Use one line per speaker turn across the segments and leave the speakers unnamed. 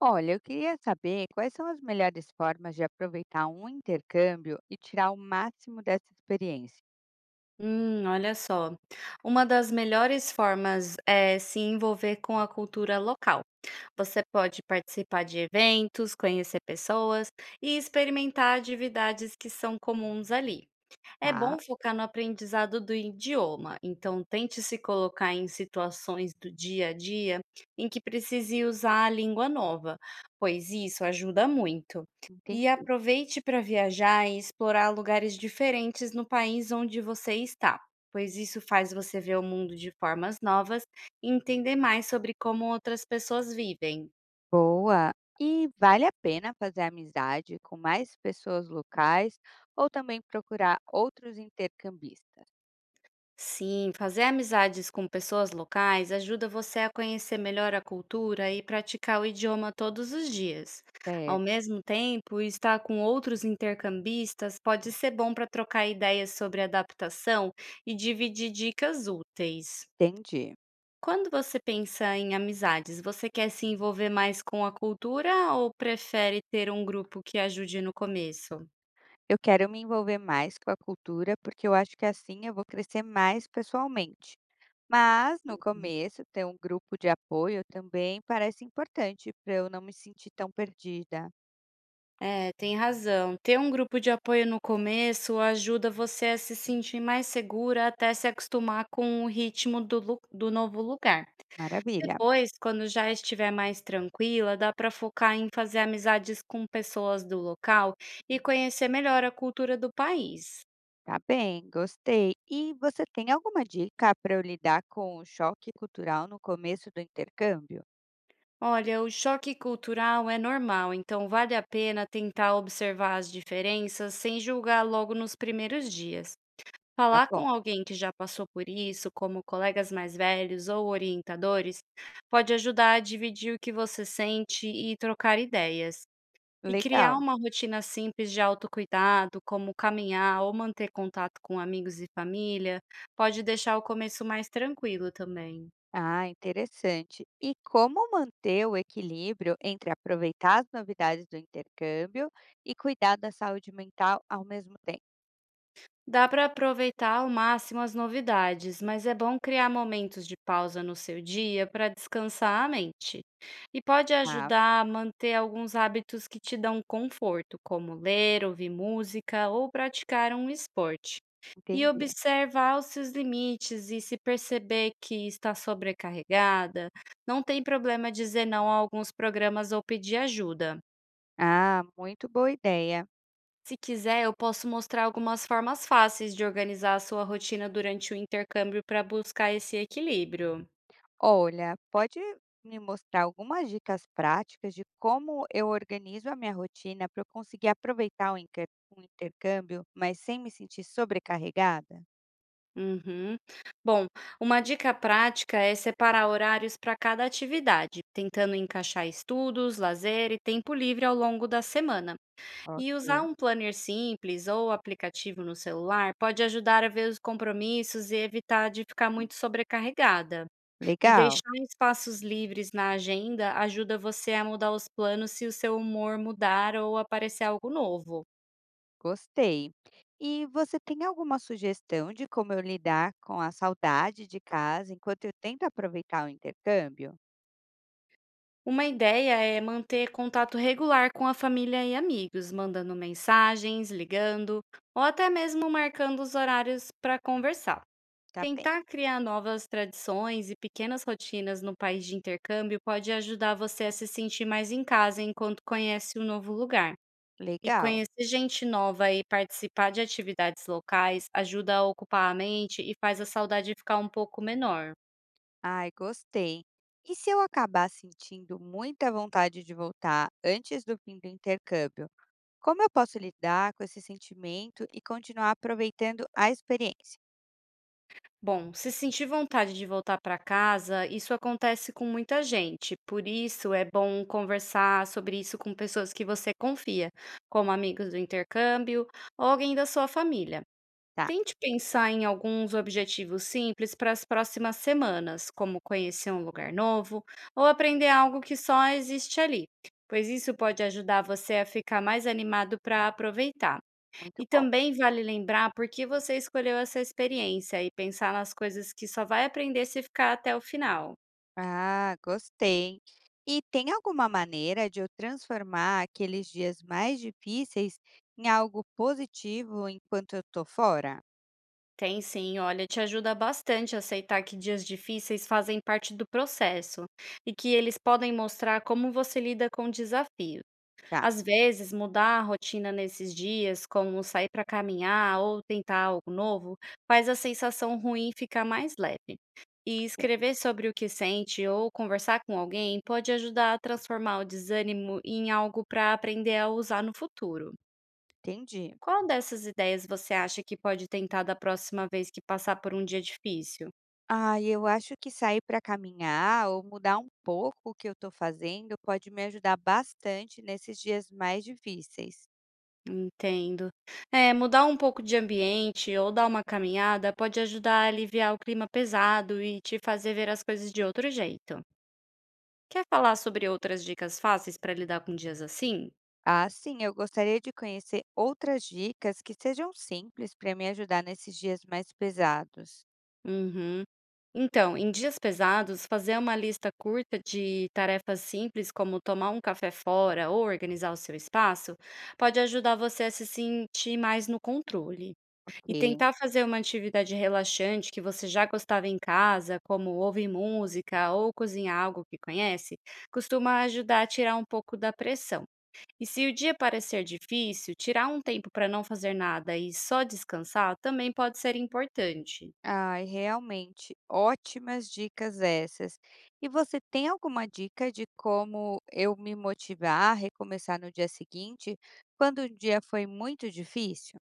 Olha, eu queria saber quais são as melhores formas de aproveitar um intercâmbio e tirar o máximo dessa experiência,
Olha só. Uma das melhores formas é se envolver com a cultura local. Você pode participar de eventos, conhecer pessoas e experimentar atividades que são comuns ali. É
tá?
bom focar no aprendizado do idioma, então tente se colocar em situações do dia a dia em que precise usar a língua nova, pois isso ajuda muito. E
Entendi.
aproveite para viajar e explorar lugares diferentes no país onde você está, pois isso faz você ver o mundo de formas novas e entender mais sobre como outras pessoas vivem.
Boa. E vale a pena fazer amizade com mais pessoas locais ou também procurar outros intercambistas?
Sim, fazer amizades com pessoas locais ajuda você a conhecer melhor a cultura e praticar o idioma todos os dias. Ao
Certo,
mesmo tempo, estar com outros intercambistas pode ser bom para trocar ideias sobre adaptação e dividir dicas úteis.
entendi.
Quando você pensa em amizades, você quer se envolver mais com a cultura ou prefere ter um grupo que ajude no começo?
Eu quero me envolver mais com a cultura porque eu acho que assim eu vou crescer mais pessoalmente. Mas, no começo, ter um grupo de apoio também parece importante para eu não me sentir tão perdida.
É, tem razão. Ter um grupo de apoio no começo ajuda você a se sentir mais segura até se acostumar com o ritmo do novo lugar.
Maravilha.
Depois, quando já estiver mais tranquila, dá para focar em fazer amizades com pessoas do local e conhecer melhor a cultura do país.
Tá bem, gostei. E você tem alguma dica para eu lidar com o choque cultural no começo do intercâmbio?
Olha, o choque cultural é normal, então vale a pena tentar observar as diferenças sem julgar logo nos primeiros dias.
Tá
Falar
bom,
com alguém que já passou por isso, como colegas mais velhos ou orientadores, pode ajudar a dividir o que você sente e trocar ideias. E criar
legal.
uma rotina simples de autocuidado, como caminhar ou manter contato com amigos e família, pode deixar o começo mais tranquilo também.
Ah, interessante. E como manter o equilíbrio entre aproveitar as novidades do intercâmbio e cuidar da saúde mental ao mesmo tempo?
Dá para aproveitar ao máximo as novidades, mas é bom criar momentos de pausa no seu dia para descansar a mente. E pode
Ah,
ajudar a manter alguns hábitos que te dão conforto, como ler, ouvir música ou praticar um esporte. E
entendi.
observar os seus limites e se perceber que está sobrecarregada, não tem problema dizer não a alguns programas ou pedir ajuda.
Ah, muito boa ideia.
Se quiser, eu posso mostrar algumas formas fáceis de organizar a sua rotina durante o intercâmbio para buscar esse equilíbrio.
Olha, pode me mostrar algumas dicas práticas de como eu organizo a minha rotina para eu conseguir aproveitar o intercâmbio, mas sem me sentir sobrecarregada?
Uhum. Bom, uma dica prática é separar horários para cada atividade, tentando encaixar estudos, lazer e tempo livre ao longo da semana. E usar
Ok.
um planner simples ou aplicativo no celular pode ajudar a ver os compromissos e evitar de ficar muito sobrecarregada. E
Legal,
deixar espaços livres na agenda ajuda você a mudar os planos se o seu humor mudar ou aparecer algo novo.
gostei. E você tem alguma sugestão de como eu lidar com a saudade de casa enquanto eu tento aproveitar o intercâmbio?
Uma ideia é manter contato regular com a família e amigos, mandando mensagens, ligando ou até mesmo marcando os horários para conversar.
Tá bem,
Tentar criar novas tradições e pequenas rotinas no país de intercâmbio pode ajudar você a se sentir mais em casa enquanto conhece um novo lugar. E
legal.
conhecer gente nova e participar de atividades locais ajuda a ocupar a mente e faz a saudade ficar um pouco menor.
Ai, gostei. E se eu acabar sentindo muita vontade de voltar antes do fim do intercâmbio? Como eu posso lidar com esse sentimento e continuar aproveitando a experiência?
Bom, se sentir vontade de voltar para casa, isso acontece com muita gente. Por isso é bom conversar sobre isso com pessoas que você confia, como amigos do intercâmbio ou alguém da sua família.
Tá,
Tente pensar em alguns objetivos simples para as próximas semanas, como conhecer um lugar novo ou aprender algo que só existe ali, pois isso pode ajudar você a ficar mais animado para aproveitar.
muito
E
bom.
também vale lembrar por que você escolheu essa experiência e pensar nas coisas que só vai aprender se ficar até o final.
Ah, gostei. E tem alguma maneira de eu transformar aqueles dias mais difíceis em algo positivo enquanto eu tô fora?
Tem sim, olha, te ajuda bastante a aceitar que dias difíceis fazem parte do processo e que eles podem mostrar como você lida com desafios.
Tá,
Às vezes, mudar a rotina nesses dias, como sair para caminhar ou tentar algo novo, faz a sensação ruim ficar mais leve. E
é,
escrever sobre o que sente ou conversar com alguém pode ajudar a transformar o desânimo em algo para aprender a usar no futuro.
entendi.
Qual dessas ideias você acha que pode tentar da próxima vez que passar por um dia difícil?
Ah, eu acho que sair para caminhar ou mudar um pouco o que eu estou fazendo pode me ajudar bastante nesses dias mais difíceis.
Entendo. É, mudar um pouco de ambiente ou dar uma caminhada pode ajudar a aliviar o clima pesado e te fazer ver as coisas de outro jeito. Quer falar sobre outras dicas fáceis para lidar com dias assim?
Ah, sim, eu gostaria de conhecer outras dicas que sejam simples para me ajudar nesses dias mais pesados.
Uhum. Então, em dias pesados, fazer uma lista curta de tarefas simples, como tomar um café fora ou organizar o seu espaço, pode ajudar você a se sentir mais no controle. E
Ok.
tentar fazer uma atividade relaxante que você já gostava em casa, como ouvir música ou cozinhar algo que conhece, costuma ajudar a tirar um pouco da pressão. E se o dia parecer difícil, tirar um tempo para não fazer nada e só descansar também pode ser importante.
Ai, realmente, ótimas dicas essas. E você tem alguma dica de como eu me motivar a recomeçar no dia seguinte, quando o dia foi muito difícil?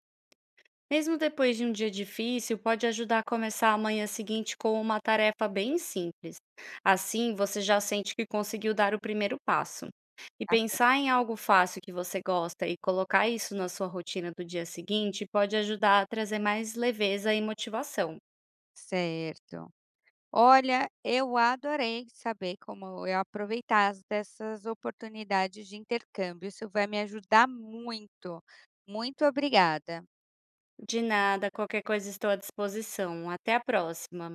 Mesmo depois de um dia difícil, pode ajudar a começar a manhã seguinte com uma tarefa bem simples. Assim, você já sente que conseguiu dar o primeiro passo. E
Ah,
pensar em algo fácil que você gosta e colocar isso na sua rotina do dia seguinte pode ajudar a trazer mais leveza e motivação.
certo. Olha, eu adorei saber como eu aproveitar as dessas oportunidades de intercâmbio, isso vai me ajudar muito. Muito obrigada.
De nada, qualquer coisa estou à disposição. Até a próxima.